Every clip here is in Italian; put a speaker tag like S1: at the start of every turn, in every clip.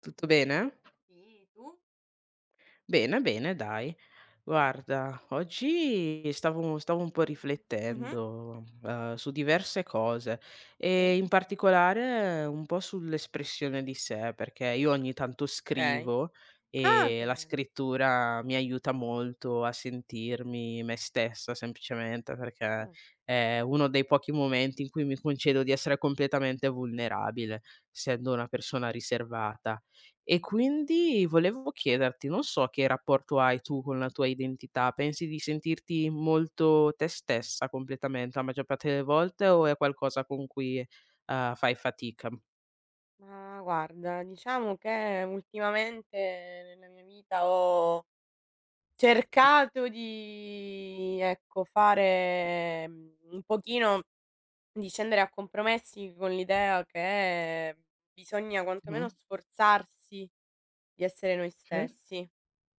S1: Tutto bene? Bene, bene dai. Guarda, oggi stavo un po'
S2: Mh-mh.
S1: riflettendo, su diverse cose e
S2: Sì,
S1: in particolare un po' sull'espressione di sé, perché io ogni tanto
S2: okay.
S1: scrivo
S2: Ah,
S1: e
S2: che
S1: la
S2: bello.
S1: scrittura mi aiuta molto a sentirmi me stessa semplicemente, perché
S2: Oh.
S1: è uno dei pochi momenti in cui mi concedo di essere completamente vulnerabile, essendo una persona riservata. E quindi volevo chiederti, non so che rapporto hai tu con la tua identità, pensi di sentirti molto te stessa completamente la maggior parte delle volte o è qualcosa con cui, fai fatica?
S2: Ma guarda, diciamo che ultimamente nella mia vita ho cercato di, ecco, fare, un pochino di scendere a compromessi con l'idea che bisogna
S1: Mh-mh.
S2: quantomeno sforzarsi di essere noi
S1: Sì,
S2: stessi.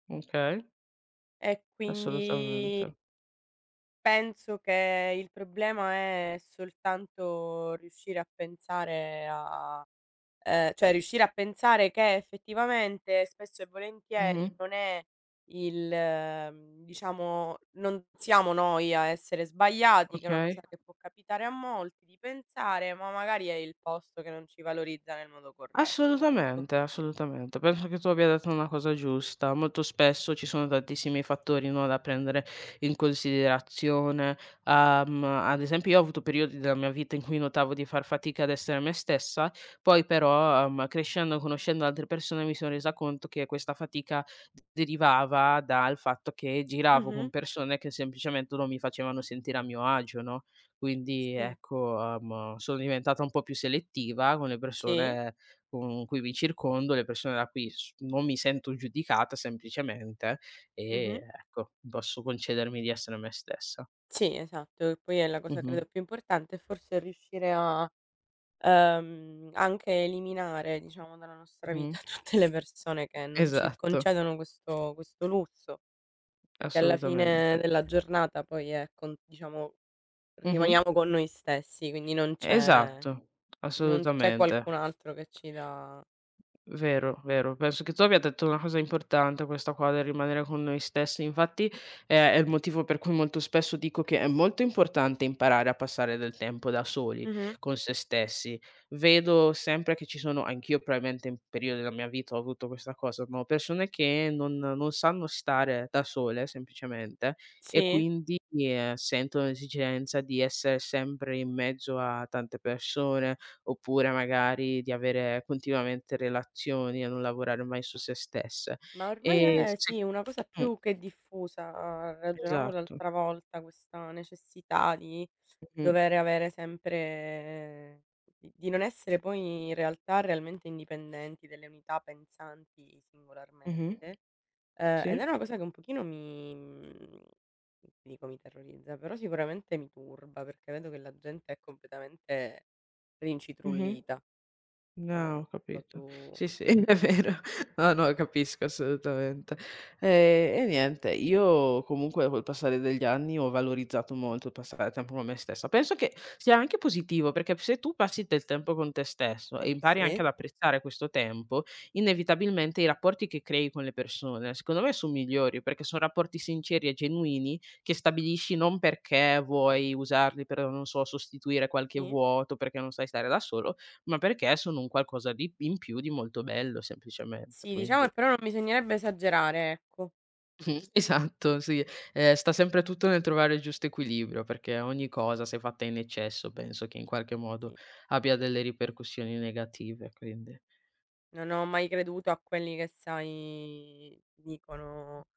S1: okay,
S2: E quindi
S1: assolutamente.
S2: penso che il problema è soltanto riuscire a pensare a cioè riuscire a pensare che effettivamente spesso e
S1: Mh-mh.
S2: volentieri non è il diciamo non siamo noi a essere sbagliati, che è una cosa
S1: Okay.
S2: che può capitare a molti di pensare, ma magari è il posto che non ci valorizza nel modo corretto, ecco.
S1: Assolutamente, assolutamente. Penso che tu abbia detto una cosa giusta. Molto spesso ci sono tantissimi fattori, no, da prendere in considerazione. Ad esempio, io ho avuto periodi della mia vita in cui notavo di far fatica ad essere me stessa, poi però, crescendo e conoscendo altre persone mi sono resa conto che questa fatica derivava dal fatto che giravo con
S2: Mh-mh.
S1: persone che semplicemente non mi facevano sentire a mio agio, no? Quindi
S2: Sì.
S1: ecco, sono diventata un po' più selettiva con le
S2: Sì.
S1: persone con cui mi circondo, le persone da cui s non mi sento giudicata semplicemente e
S2: Mh-mh.
S1: ecco, posso concedermi di essere me stessa.
S2: Sì, esatto, che poi è la cosa
S1: Mh-mh,
S2: credo più importante, forse riuscire a anche eliminare, diciamo, dalla nostra
S1: mh.
S2: vita tutte le persone che non ci
S1: Esatto,
S2: concedono questo lusso, perché alla fine
S1: assolutamente.
S2: della giornata poi è con diciamo,
S1: Mh-mh.
S2: rimaniamo con noi stessi, quindi non c'è
S1: Esatto,
S2: non c'è
S1: assolutamente.
S2: qualcun altro che ci dà
S1: Vero, vero. Penso che tu abbia detto una cosa importante questa qua del rimanere con noi stessi. Infatti, è il motivo per cui molto spesso dico che è molto importante imparare a passare del tempo da soli,
S2: mh-mh,
S1: con se stessi. Vedo sempre che ci sono anch'io probabilmente in periodi della mia vita ho avuto questa cosa, ma ho persone che non sanno stare da sole semplicemente e
S2: sì.
S1: quindi, sentono l'esigenza di essere sempre in mezzo a tante persone oppure magari di avere continuamente relazioni e non lavorare mai su se stesse.
S2: Ma ormai
S1: E
S2: è
S1: se
S2: sì, una cosa
S1: mh,
S2: più che diffusa. Ragionavo
S1: esatto.
S2: l'altra volta, questa necessità di
S1: Mh-mh,
S2: dover avere sempre di non essere poi in realtà realmente indipendenti, delle unità pensanti
S1: mh-mh,
S2: singolarmente,
S1: sì,
S2: ed è una cosa che un pochino ti dico mi terrorizza, però sicuramente mi turba, perché vedo che la gente è completamente
S1: mh-mh.
S2: rincitrullita. Ora
S1: No,
S2: non
S1: ho
S2: so
S1: capito.
S2: tu.
S1: Sì, sì, è vero. No, no, capisco assolutamente. E niente, io comunque col passare degli anni ho valorizzato molto il passare tempo con me stessa. Penso che sia anche positivo, perché se tu passi del tempo con te stesso e impari anche
S2: Sì?
S1: ad apprezzare questo tempo, inevitabilmente i rapporti che crei con le persone, secondo me son migliori, perché son rapporti sinceri e genuini che stabilisci non perché vuoi usarli per, non so, sostituire qualche
S2: Sì?
S1: vuoto, perché non sai stare da solo, ma perché sono un qualcosa di in più di molto bello semplicemente,
S2: Sì, diciamo
S1: quindi
S2: che però non bisognerebbe esagerare, ecco.
S1: Mh, esatto, sì. Sta sempre tutto nel trovare il giusto equilibrio, perché ogni cosa se fatta in eccesso penso che in qualche modo
S2: Sì.
S1: abbia delle ripercussioni negative, quindi
S2: Non ho mai creduto a quelli che sai dicono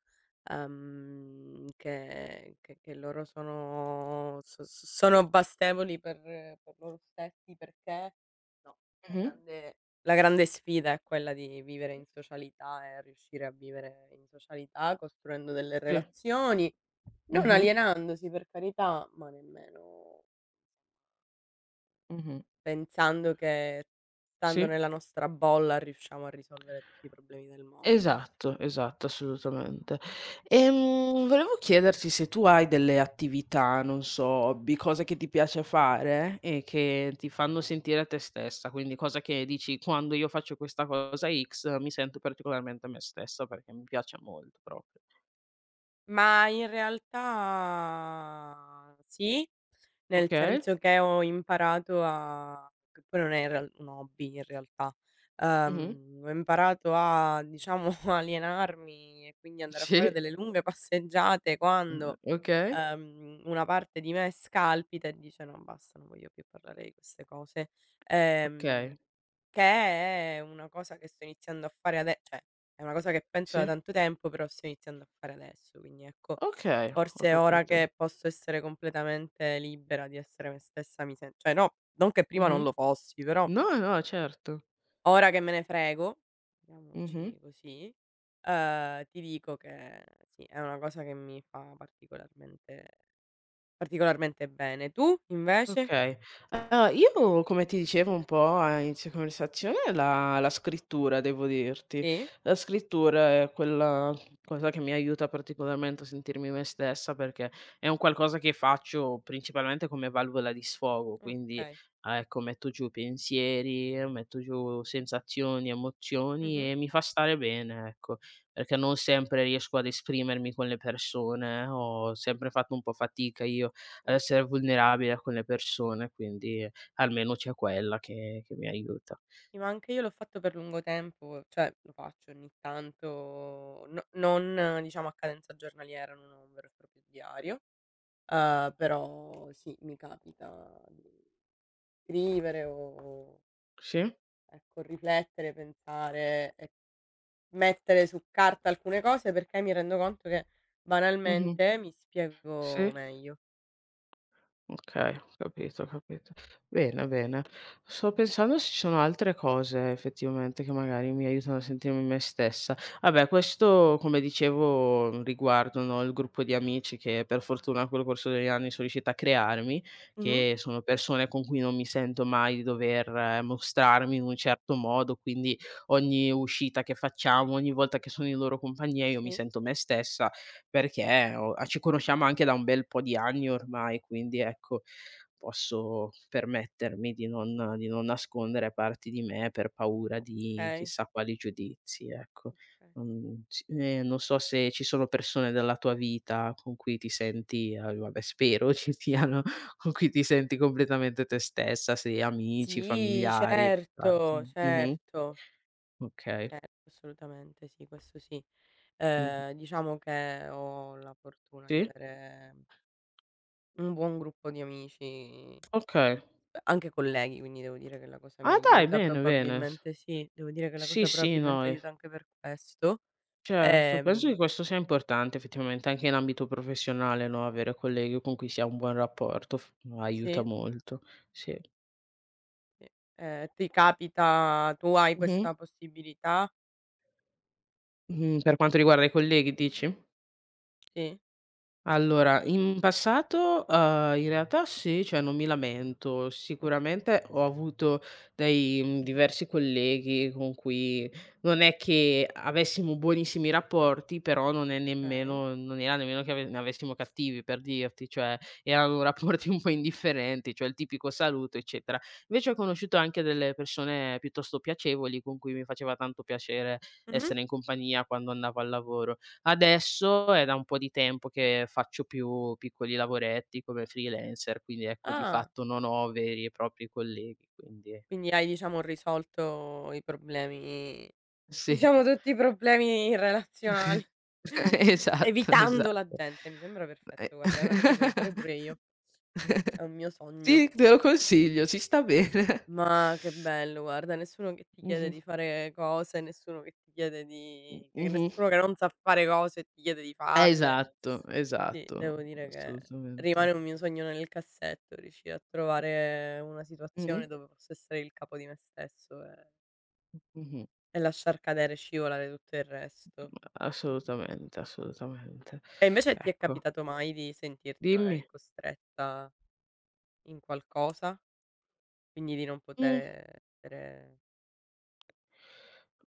S2: Che loro sono sono bastevoli per loro stessi perché no, la
S1: Mh-mh.
S2: grande la grande sfida è quella di vivere in socialità e riuscire a vivere in socialità costruendo delle
S1: Sì.
S2: relazioni, non
S1: Mh-mh.
S2: alienandosi per carità, ma nemmeno
S1: Mh-mh.
S2: pensando che stando
S1: Sì.
S2: nella nostra bolla riusciamo a risolvere tutti i problemi del mondo.
S1: Esatto, esatto, assolutamente. Volevo chiederti se tu hai delle attività, non so, hobby, cose che ti piace fare e che ti fanno sentire te stessa, quindi cosa che dici: "Quando io faccio questa cosa X mi sento particolarmente me stessa perché mi piace molto proprio."
S2: Ma in realtà sì, nel
S1: Okay.
S2: senso che ho imparato a che poi non è in real un hobby in realtà,
S1: Mh-mh.
S2: ho imparato a diciamo alienarmi e quindi andare a fare
S1: Sì.
S2: delle lunghe passeggiate quando,
S1: Okay.
S2: una parte di me scalpita e dice: "No basta, non voglio più parlare di queste cose." Ehm
S1: Okay.
S2: che è una cosa che sto iniziando a fare ade cioè, è una cosa che penso da
S1: Sì.
S2: tanto tempo, però sto iniziando a fare adesso, quindi ecco,
S1: Okay, ho
S2: forse ora
S1: capito.
S2: che posso essere completamente libera di essere me stessa mi sen cioè no, non che prima non
S1: Mh-mh.
S2: lo fossi, però
S1: No, no, certo.
S2: ora che me ne frego,
S1: Mh-mh.
S2: chiamiamoci così, ti dico che sì, è una cosa che mi fa particolarmente bene. Tu invece?
S1: Okay. Allora io, come ti dicevo un po' a inizio conversazione, la scrittura devo dirti.
S2: Sì?
S1: La scrittura è quella cosa che mi aiuta particolarmente a sentirmi me stessa, perché è un qualcosa che faccio principalmente come valvola di sfogo, quindi,
S2: Okay.
S1: ah, ecco, metto giù pensieri, metto giù sensazioni, emozioni
S2: Mh-mh.
S1: e mi fa stare bene, ecco, perché non sempre riesco ad esprimermi con le persone, ho sempre fatto un po' fatica io ad
S2: Mh.
S1: essere vulnerabile con le persone, quindi almeno c'è quella che mi aiuta.
S2: Sì, ma anche io l'ho fatto per lungo tempo, cioè lo faccio ogni tanto, no non diciamo a cadenza giornaliera, non ho un vero e proprio diario, però sì, mi capita di scrivere o
S1: Sì.
S2: ecco, riflettere, pensare e mettere su carta alcune cose perché mi rendo conto che
S1: Mh-mh.
S2: banalmente mi
S1: Sì.
S2: spiego meglio.
S1: Okay, ho capito, ho capito. Bene, bene. Sto pensando se ci sono altre cose effettivamente che magari mi aiutano a sentirmi me stessa. Vabbè, questo come dicevo riguardo, no, il gruppo di amici che per fortuna col corso degli anni sono riuscita a crearmi,
S2: Mh-mh,
S1: che sono persone con cui non mi sento mai di dover mostrarmi in un certo modo, quindi ogni uscita che facciamo, ogni volta che sono in loro compagnia io mi
S2: sì,
S1: sento me stessa perché ho a ci conosciamo anche da un bel po' di anni ormai, quindi ecco, posso permettermi di non nascondere parti di me per paura di
S2: okay,
S1: chissà quali giudizi, ecco.
S2: okay.
S1: Non so se ci sono persone della tua vita con cui ti senti a vabbè spero ci siano, con cui ti senti completamente te stessa, se amici,
S2: Sì,
S1: familiari,
S2: certo,
S1: mh-mh.
S2: certo.
S1: Okay.
S2: Certo, assolutamente sì, questo sì.
S1: Mh-mh.
S2: Diciamo che ho la fortuna di
S1: Sì?
S2: avere un buon gruppo di amici,
S1: Okay.
S2: anche colleghi, quindi devo dire che la cosa mi
S1: Ah dai,
S2: aiuta.
S1: bene, bene.
S2: Probabilmente sì, devo dire che la
S1: Sì,
S2: cosa
S1: sì, no,
S2: probabilmente
S1: eff
S2: aiuta anche per questo.
S1: certo. Penso
S2: Ehm,
S1: che questo sia importante effettivamente anche in ambito professionale, no, avere colleghi con cui si ha un buon rapporto f aiuta
S2: sì,
S1: molto, sì.
S2: sì. Ti capita tu hai
S1: Mh-mh.
S2: questa possibilità?
S1: Per quanto riguarda i colleghi dici?
S2: Sì?
S1: Allora, in passato, in realtà sì, cioè non mi lamento.
S2: Okay,
S1: Sicuramente ho avuto dei diversi colleghi con cui non è che avessimo buonissimi rapporti, però
S2: okay.
S1: non era nemmeno che ave ne avessimo cattivi, per dirti, cioè erano rapporti un po' indifferenti, cioè il tipico saluto, eccetera. Invece ho conosciuto anche delle persone piuttosto piacevoli, con cui mi faceva tanto piacere
S2: Mh-mh.
S1: essere in compagnia quando andavo al lavoro. Adesso è da un po' di tempo che faccio più piccoli lavoretti come freelancer, quindi ecco di
S2: Ah,
S1: fatto non ho veri e propri colleghi, quindi
S2: quindi hai diciamo risolto i problemi.
S1: sì.
S2: Diciamo tutti i problemi relazionali,
S1: Esatto,
S2: evitando la
S1: esatto.
S2: gente. Mi sembra
S1: E
S2: perfetto, guarda, è una cosa che voglio fare pure io, è un mio sogno.
S1: Sì, te lo consiglio, ci sta bene.
S2: Ma che bello, guarda, nessuno che ti chiede
S1: Mh-mh,
S2: di fare cose, nessuno che ti chiede di che
S1: mh-mh.
S2: nessuno che non sa fare cose ti chiede di farle.
S1: Esatto,
S2: Sì,
S1: esatto,
S2: devo dire che rimane
S1: assolutamente.
S2: un mio sogno nel cassetto, riuscire a trovare una
S1: Mh-mh,
S2: situazione dove posso essere il capo di me stesso e
S1: mh-mh.
S2: lasciar cadere e scivolare tutto il resto.
S1: Assolutamente, assolutamente.
S2: E invece ti è
S1: Ecco,
S2: capitato mai di sentirti
S1: dimmi.
S2: magari costretta in qualcosa? Quindi di non
S1: Mh.
S2: potere essere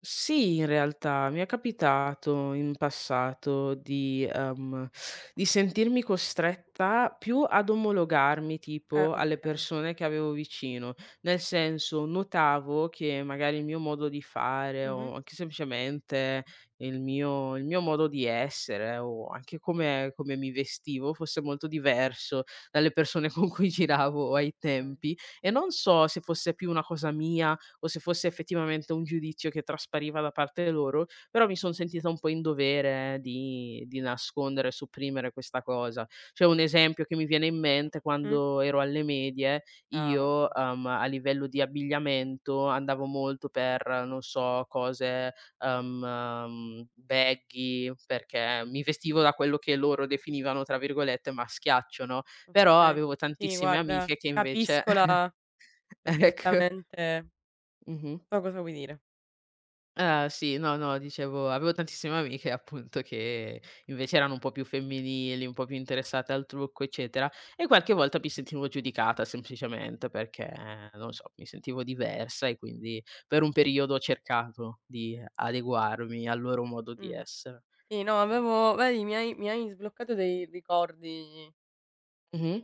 S1: Sì, in realtà mi è capitato in passato di sentirmi costretta più ad omologarmi tipo alle
S2: okay.
S1: persone che avevo vicino, nel senso notavo che magari il mio modo di fare
S2: Mh-mh,
S1: o anche semplicemente il mio modo di essere o anche
S2: sì,
S1: come mi vestivo fosse molto diverso dalle persone con cui giravo ai
S2: okay.
S1: tempi e non so se fosse più una cosa mia o se fosse effettivamente un giudizio che traspariva da parte loro, però mi son sentita un po' in dovere di nascondere e supprimere questa cosa. C'è un esempio che mi viene in mente:
S2: Mh.
S1: quando ero alle medie
S2: Ah,
S1: io,
S2: vabbè,
S1: a livello di abbigliamento andavo molto per, non so, cose, baggy, perché mi vestivo da quello che loro definivano, tra virgolette, "maschiaccio", no, però
S2: okay.
S1: avevo
S2: Sì,
S1: tantissime
S2: guarda,
S1: amiche che invece
S2: capisco la
S1: ecco.
S2: perfettamente
S1: Mh-mh.
S2: so cosa vuoi dire.
S1: Ah sì, no, no, dicevo avevo tantissime amiche appunto che invece erano un po' più femminili, un po' più interessate al trucco, eccetera, e qualche volta mi sentivo giudicata semplicemente perché, non so, mi sentivo diversa e quindi per un periodo ho cercato di adeguarmi al loro modo di
S2: Mh.
S1: essere.
S2: Sì, no,
S1: Mh.
S2: avevo vedi mi hai sbloccato dei ricordi.
S1: Mh-mh.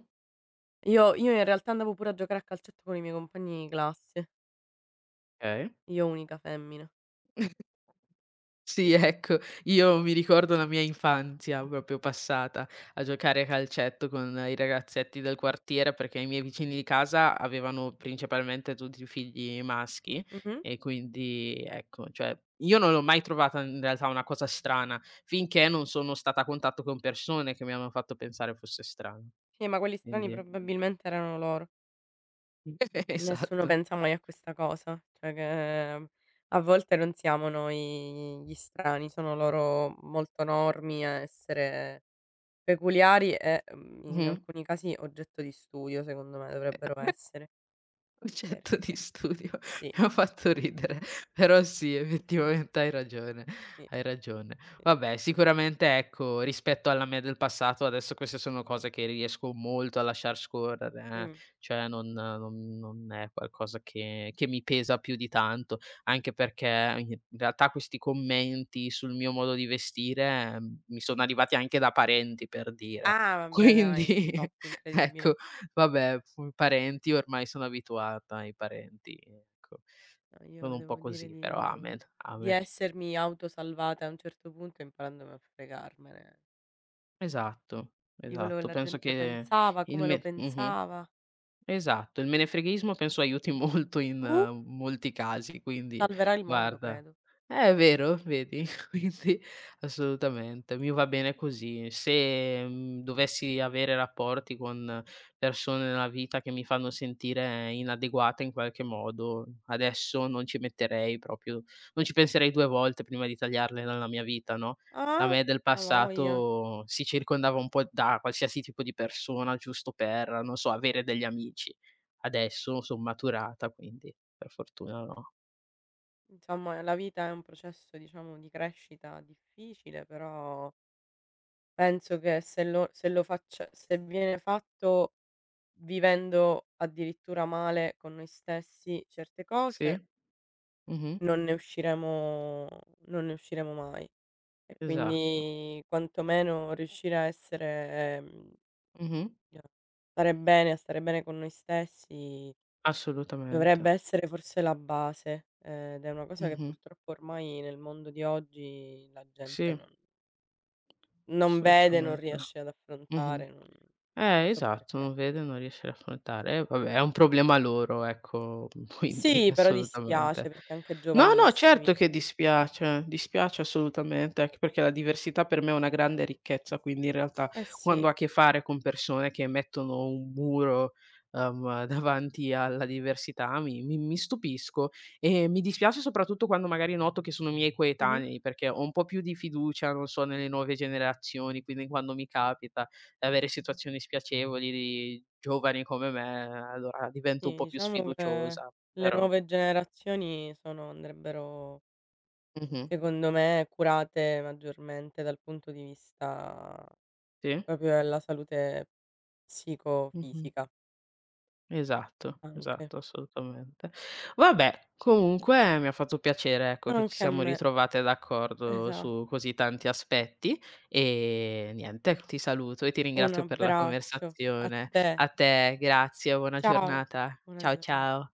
S2: Io in realtà andavo pure a giocare a calcetto con i miei compagni di classe,
S1: Okay.
S2: io unica femmina,
S1: Sì,
S2: sì.
S1: ecco, io mi ricordo la mia infanzia proprio passata a giocare a calcetto con i ragazzetti del quartiere, perché i miei vicini di casa avevano principalmente tutti figli maschi
S2: Mh-mh.
S1: e quindi ecco, cioè io non l'ho mai trovata in realtà una cosa strana, finché non sono stata a contatto con persone che mi hanno fatto pensare fosse strano,
S2: Sì, ma quelli strani
S1: quindi
S2: probabilmente erano loro. Nessuno
S1: esatto.
S2: pensa mai a questa cosa, cioè che a volte non siamo noi gli strani, sono loro molto normi a essere peculiari e, in
S1: Mh-mh.
S2: alcuni casi oggetto di studio secondo me dovrebbero essere,
S1: Concetto di
S2: perché
S1: studio,
S2: sì,
S1: mi ha fatto ridere, però sì, effettivamente hai ragione,
S2: sì,
S1: hai ragione.
S2: sì.
S1: Vabbè, sicuramente ecco, rispetto alla me del passato, adesso queste sono cose che riesco molto a lasciar scorrere,
S2: Mh.
S1: cioè non è qualcosa che mi pesa più di tanto, anche perché in realtà questi commenti sul mio modo di vestire, mi sono arrivati anche da parenti, per dire.
S2: Ah vabbè dai,
S1: Quindi
S2: top, incredibile.
S1: ecco, Vabbè, fu parenti ormai sono abituata ai parenti, ecco.
S2: No,
S1: Sono
S2: io
S1: un po'
S2: devo dire
S1: così, però amen,
S2: di
S1: amen.
S2: essermi autosalvata a un certo punto imparandomi a fregarmene
S1: Esatto,
S2: di quello che
S1: esatto.
S2: la
S1: Penso
S2: gente
S1: che
S2: pensava,
S1: il
S2: come lo
S1: me mh-mh.
S2: pensava.
S1: Esatto, il menefreghismo penso aiuti molto in
S2: Uh!
S1: molti casi, quindi
S2: Salverà il mondo
S1: guarda
S2: credo.
S1: è vero, vedi? Quindi assolutamente, mi va bene così. Se, dovessi avere rapporti con persone nella vita che mi fanno sentire inadeguata in qualche modo, adesso non ci penserei 2 volte prima di tagliarle dalla mia vita, no? La
S2: Ah,
S1: me del
S2: avoglia.
S1: passato si circondava un po' da qualsiasi tipo di persona, giusto per, non so, avere degli amici. Adesso son maturata, quindi per fortuna no.
S2: Insomma, la vita è un processo, diciamo, di crescita difficile, però penso che se lo faccia se viene fatto vivendo addirittura male con noi stessi certe
S1: Sì,
S2: cose,
S1: mh-mh,
S2: non ne usciremo non ne usciremo mai. E
S1: esatto.
S2: quindi quantomeno riuscire a essere,
S1: Mh-mh,
S2: a a stare bene con noi stessi.
S1: assolutamente.
S2: Dovrebbe essere forse la base, ed è una cosa che
S1: Mh-mh.
S2: purtroppo ormai nel mondo di oggi la gente
S1: Sì,
S2: non vede, non
S1: assolutamente.
S2: riesce ad
S1: Mh-mh.
S2: affrontare, non so
S1: Esatto,
S2: perché.
S1: non vede, non riesce ad affrontare. Vabbè, è un problema loro, ecco, quindi
S2: Sì, però dispiace
S1: assolutamente.
S2: perché anche
S1: No, no,
S2: giovanissimi.
S1: certo che dispiace, dispiace assolutamente, anche perché la diversità per me è una grande ricchezza, quindi in realtà
S2: Eh sì,
S1: quando ho a che fare con persone che mettono un muro, davanti alla diversità mi stupisco e mi dispiace soprattutto quando magari noto che sono miei
S2: mh-mh,
S1: coetanei, perché ho un po' più di fiducia, non so, nelle nuove generazioni, quindi quando mi capita avere situazioni spiacevoli di giovani come me, allora divento un
S2: sì,
S1: po' più
S2: diciamo che
S1: sfiduciosa,
S2: le
S1: però
S2: nuove generazioni sono andrebbero,
S1: Mh-mh.
S2: secondo me, curate maggiormente dal punto di vista
S1: Sì.
S2: proprio della salute
S1: Mh-mh.
S2: psicofisica
S1: Esatto,
S2: anche.
S1: esatto, assolutamente. Vabbè, comunque mi ha fatto piacere, ecco, che ci
S2: Anche a
S1: siamo
S2: me,
S1: ritrovate d'accordo
S2: esa
S1: su così tanti aspetti e niente, ti saluto e ti
S2: Un
S1: ringrazio per la
S2: abbraccio a
S1: conversazione.
S2: te.
S1: A te, grazie, buona
S2: Ciao,
S1: giornata.
S2: buona
S1: Ciao,
S2: giornata.
S1: ciao.